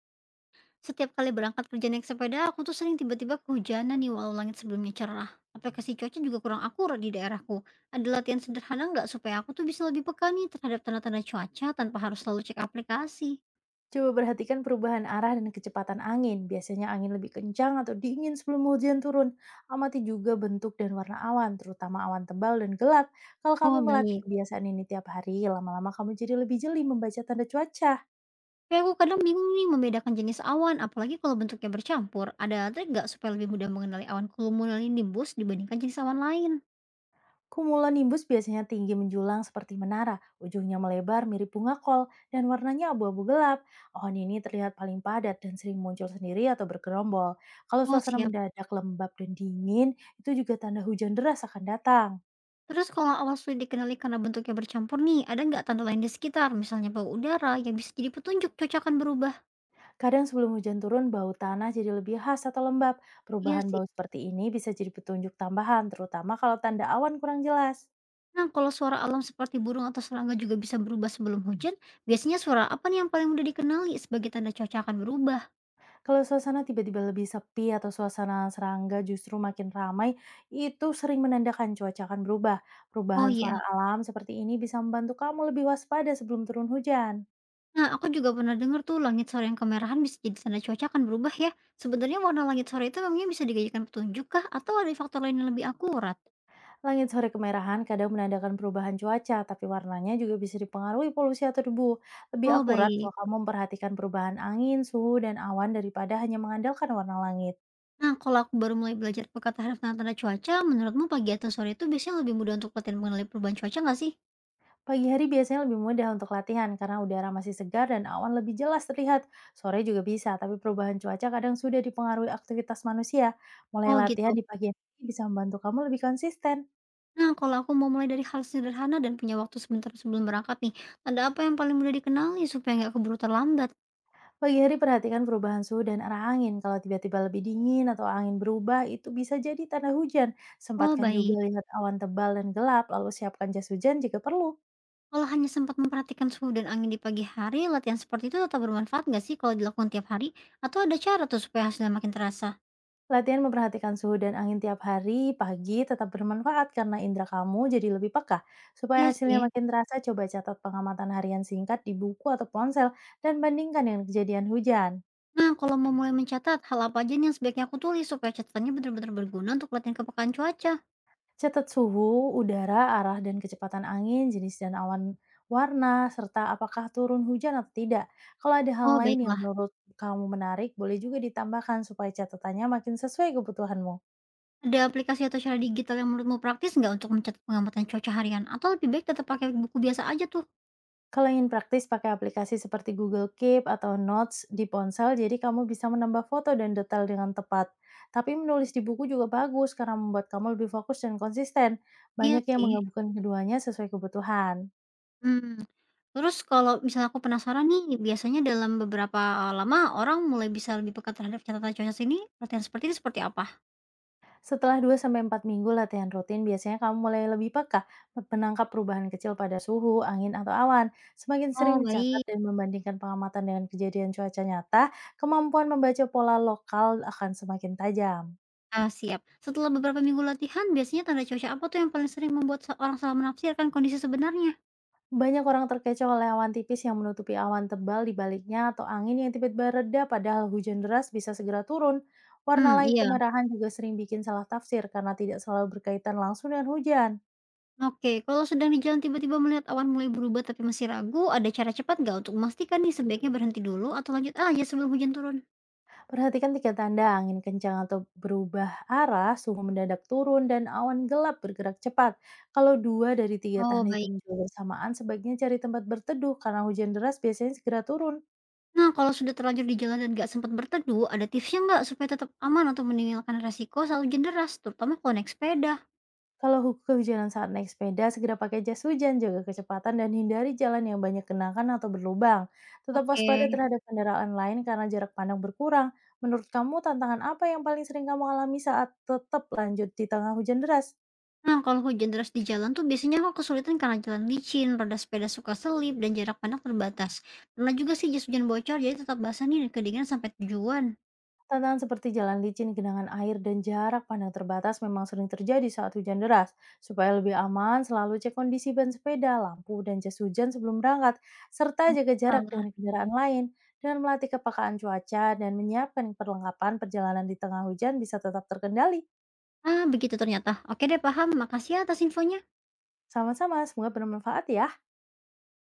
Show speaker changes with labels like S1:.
S1: Setiap kali berangkat kerja naik sepeda, aku tuh sering tiba-tiba kehujanan nih walau langit sebelumnya cerah. Aplikasi cuaca juga kurang akurat di daerahku. Ada latihan sederhana nggak supaya aku tuh bisa lebih peka nih terhadap tanda-tanda cuaca tanpa harus selalu cek aplikasi?
S2: Coba perhatikan perubahan arah dan kecepatan angin. Biasanya angin lebih kencang atau dingin sebelum hujan turun. Amati juga bentuk dan warna awan, terutama awan tebal dan gelap. Kalau kamu
S1: Oh,
S2: melatih
S1: baik.
S2: kebiasaan ini tiap hari, lama-lama kamu jadi lebih jeli membaca tanda cuaca.
S1: Tapi aku kadang bingung nih membedakan jenis awan, apalagi kalau bentuknya bercampur. Ada trik nggak supaya lebih mudah mengenali awan cumulonimbus dibandingkan jenis awan lain?
S2: Cumulonimbus biasanya tinggi menjulang seperti menara, ujungnya melebar mirip bunga kol, dan warnanya abu-abu gelap. Pohon ini terlihat paling padat dan sering muncul sendiri atau bergerombol. Kalau
S1: Oh,
S2: suasana
S1: siap.
S2: mendadak lembab dan dingin, itu juga tanda hujan deras akan datang.
S1: Terus kalau awan sulit dikenali karena bentuknya bercampur nih, ada nggak tanda lain di sekitar, misalnya bau udara yang bisa jadi petunjuk cuaca akan berubah?
S2: Kadang sebelum hujan turun, bau tanah jadi lebih khas atau lembab.
S1: Iya,
S2: Perubahan
S1: sih.
S2: bau seperti ini bisa jadi petunjuk tambahan, terutama kalau tanda awan kurang jelas.
S1: Nah, kalau suara alam seperti burung atau serangga juga bisa berubah sebelum hujan, biasanya suara apa nih yang paling mudah dikenali sebagai tanda cuaca akan berubah?
S2: Kalau suasana tiba-tiba lebih sepi atau suasana serangga justru makin ramai, itu sering menandakan cuaca akan berubah.
S1: Oh
S2: Perubahan
S1: iya,
S2: suara alam seperti ini bisa membantu kamu lebih waspada sebelum turun hujan.
S1: nah aku juga pernah dengar tuh langit sore yang kemerahan bisa jadi tanda cuaca akan berubah, ya. Sebenarnya warna langit sore itu memangnya bisa digajikan petunjuk kah atau ada faktor lain yang lebih akurat?
S2: Langit sore kemerahan kadang menandakan perubahan cuaca, tapi warnanya juga bisa dipengaruhi polusi atau debu. Lebih
S1: Oh,
S2: akurat
S1: baik.
S2: kalau kamu memperhatikan perubahan angin, suhu, dan awan daripada hanya mengandalkan warna langit.
S1: Nah, kalau aku baru mulai belajar peka terhadap tanda-tanda cuaca, menurutmu pagi atau sore itu biasanya lebih mudah untuk latihan mengenali perubahan cuaca nggak sih?
S2: Pagi hari biasanya lebih mudah untuk latihan karena udara masih segar dan awan lebih jelas terlihat. Sore juga bisa, tapi perubahan cuaca kadang sudah dipengaruhi aktivitas manusia. Mulai
S1: Oh, gitu.
S2: latihan di pagi hari bisa membantu kamu lebih konsisten.
S1: Nah, kalau aku mau mulai dari hal sederhana dan punya waktu sebentar sebelum berangkat nih, tanda apa yang paling mudah dikenali supaya nggak keburu terlambat?
S2: Pagi hari perhatikan perubahan suhu dan arah angin. Kalau tiba-tiba lebih dingin atau angin berubah, itu bisa jadi tanda hujan.
S1: Oh,
S2: Sempatkan
S1: baik.
S2: juga lihat awan tebal dan gelap, lalu siapkan jas hujan jika perlu.
S1: Kalau hanya sempat memperhatikan suhu dan angin di pagi hari, latihan seperti itu tetap bermanfaat nggak sih kalau dilakukan tiap hari? Atau ada cara tuh supaya hasilnya makin terasa?
S2: Latihan memperhatikan suhu dan angin tiap hari, pagi tetap bermanfaat karena indera kamu jadi lebih peka. Supaya
S1: Iya,
S2: hasilnya
S1: sih.
S2: makin terasa, coba catat pengamatan harian singkat di buku atau ponsel dan bandingkan dengan kejadian hujan.
S1: Nah, kalau mau mulai mencatat, hal apa aja nih yang sebaiknya aku tulis supaya catatannya benar-benar berguna untuk latihan kepekaan cuaca?
S2: Catat suhu, udara, arah dan kecepatan angin, jenis dan awan warna, serta apakah turun hujan atau tidak. Kalau ada hal
S1: Oh,
S2: lain yang
S1: baiklah.
S2: menurut kamu menarik, boleh juga ditambahkan supaya catatannya makin sesuai kebutuhanmu.
S1: Ada aplikasi atau cara digital yang menurutmu praktis nggak untuk mencatat pengamatan cuaca harian? Atau lebih baik tetap pakai buku biasa aja tuh?
S2: Kalau ingin praktis, pakai aplikasi seperti Google Keep atau Notes di ponsel, jadi kamu bisa menambah foto dan detail dengan tepat. Tapi menulis di buku juga bagus karena membuat kamu lebih fokus dan konsisten.
S1: Iya,
S2: Banyak yang
S1: sih.
S2: menggabungkan keduanya sesuai kebutuhan.
S1: Mmm, terus kalau misalnya aku penasaran nih, biasanya dalam beberapa lama orang mulai bisa lebih peka terhadap catatan cuaca ini, latihan seperti itu seperti apa?
S2: Setelah 2 sampai 4 minggu latihan rutin, biasanya kamu mulai lebih peka menangkap perubahan kecil pada suhu, angin, atau awan. Semakin sering
S1: Oh
S2: mencatat
S1: baik,
S2: dan membandingkan pengamatan dengan kejadian cuaca nyata, kemampuan membaca pola lokal akan semakin tajam.
S1: ah, siap. Setelah beberapa minggu latihan, biasanya tanda cuaca apa tuh yang paling sering membuat se orang salah menafsirkan kondisi sebenarnya?
S2: Banyak orang terkecoh oleh awan tipis yang menutupi awan tebal di baliknya atau angin yang tiba-tiba reda padahal hujan deras bisa segera turun. Warna langit
S1: Iya.
S2: kemerahan juga sering bikin salah tafsir karena tidak selalu berkaitan langsung dengan hujan.
S1: Oke, kalau sedang di jalan tiba-tiba melihat awan mulai berubah tapi masih ragu, ada cara cepat nggak untuk memastikan nih sebaiknya berhenti dulu atau lanjut aja sebelum hujan turun?
S2: Perhatikan tiga tanda angin kencang atau berubah arah, suhu mendadak turun, dan awan gelap bergerak cepat. Kalau dua dari tiga
S1: Oh,
S2: tanda itu
S1: baik.
S2: muncul bersamaan, sebaiknya cari tempat berteduh karena hujan deras biasanya segera turun.
S1: Nah, kalau sudah terlanjur di jalan dan gak sempat berteduh, ada tipsnya nggak supaya tetap aman untuk meninggalkan resiko hujan deras, terutama kalau naik sepeda?
S2: Kalau kehujanan saat naik sepeda, segera pakai jas hujan, jaga kecepatan, dan hindari jalan yang banyak genangan atau berlubang. Tetap
S1: Oke.
S2: waspada terhadap kendaraan lain karena jarak pandang berkurang. Menurut kamu, tantangan apa yang paling sering kamu alami saat tetap lanjut di tengah hujan deras?
S1: Nah, kalau hujan deras di jalan tuh biasanya aku kesulitan karena jalan licin, roda sepeda suka selip, dan jarak pandang terbatas. Pernah juga sih jas hujan bocor, jadi tetap basah nih dan kedinginan sampai tujuan.
S2: Tantangan seperti jalan licin, genangan air, dan jarak pandang terbatas memang sering terjadi saat hujan deras. Supaya lebih aman, selalu cek kondisi ban sepeda, lampu, dan jas hujan sebelum berangkat, serta
S1: Oh,
S2: jaga jarak
S1: alah.
S2: dengan kendaraan lain. Dengan melatih kepekaan cuaca dan menyiapkan perlengkapan perjalanan di tengah hujan bisa tetap terkendali.
S1: Ah, begitu ternyata. Oke deh, paham. Makasih ya atas infonya.
S2: Sama-sama, semoga bermanfaat ya.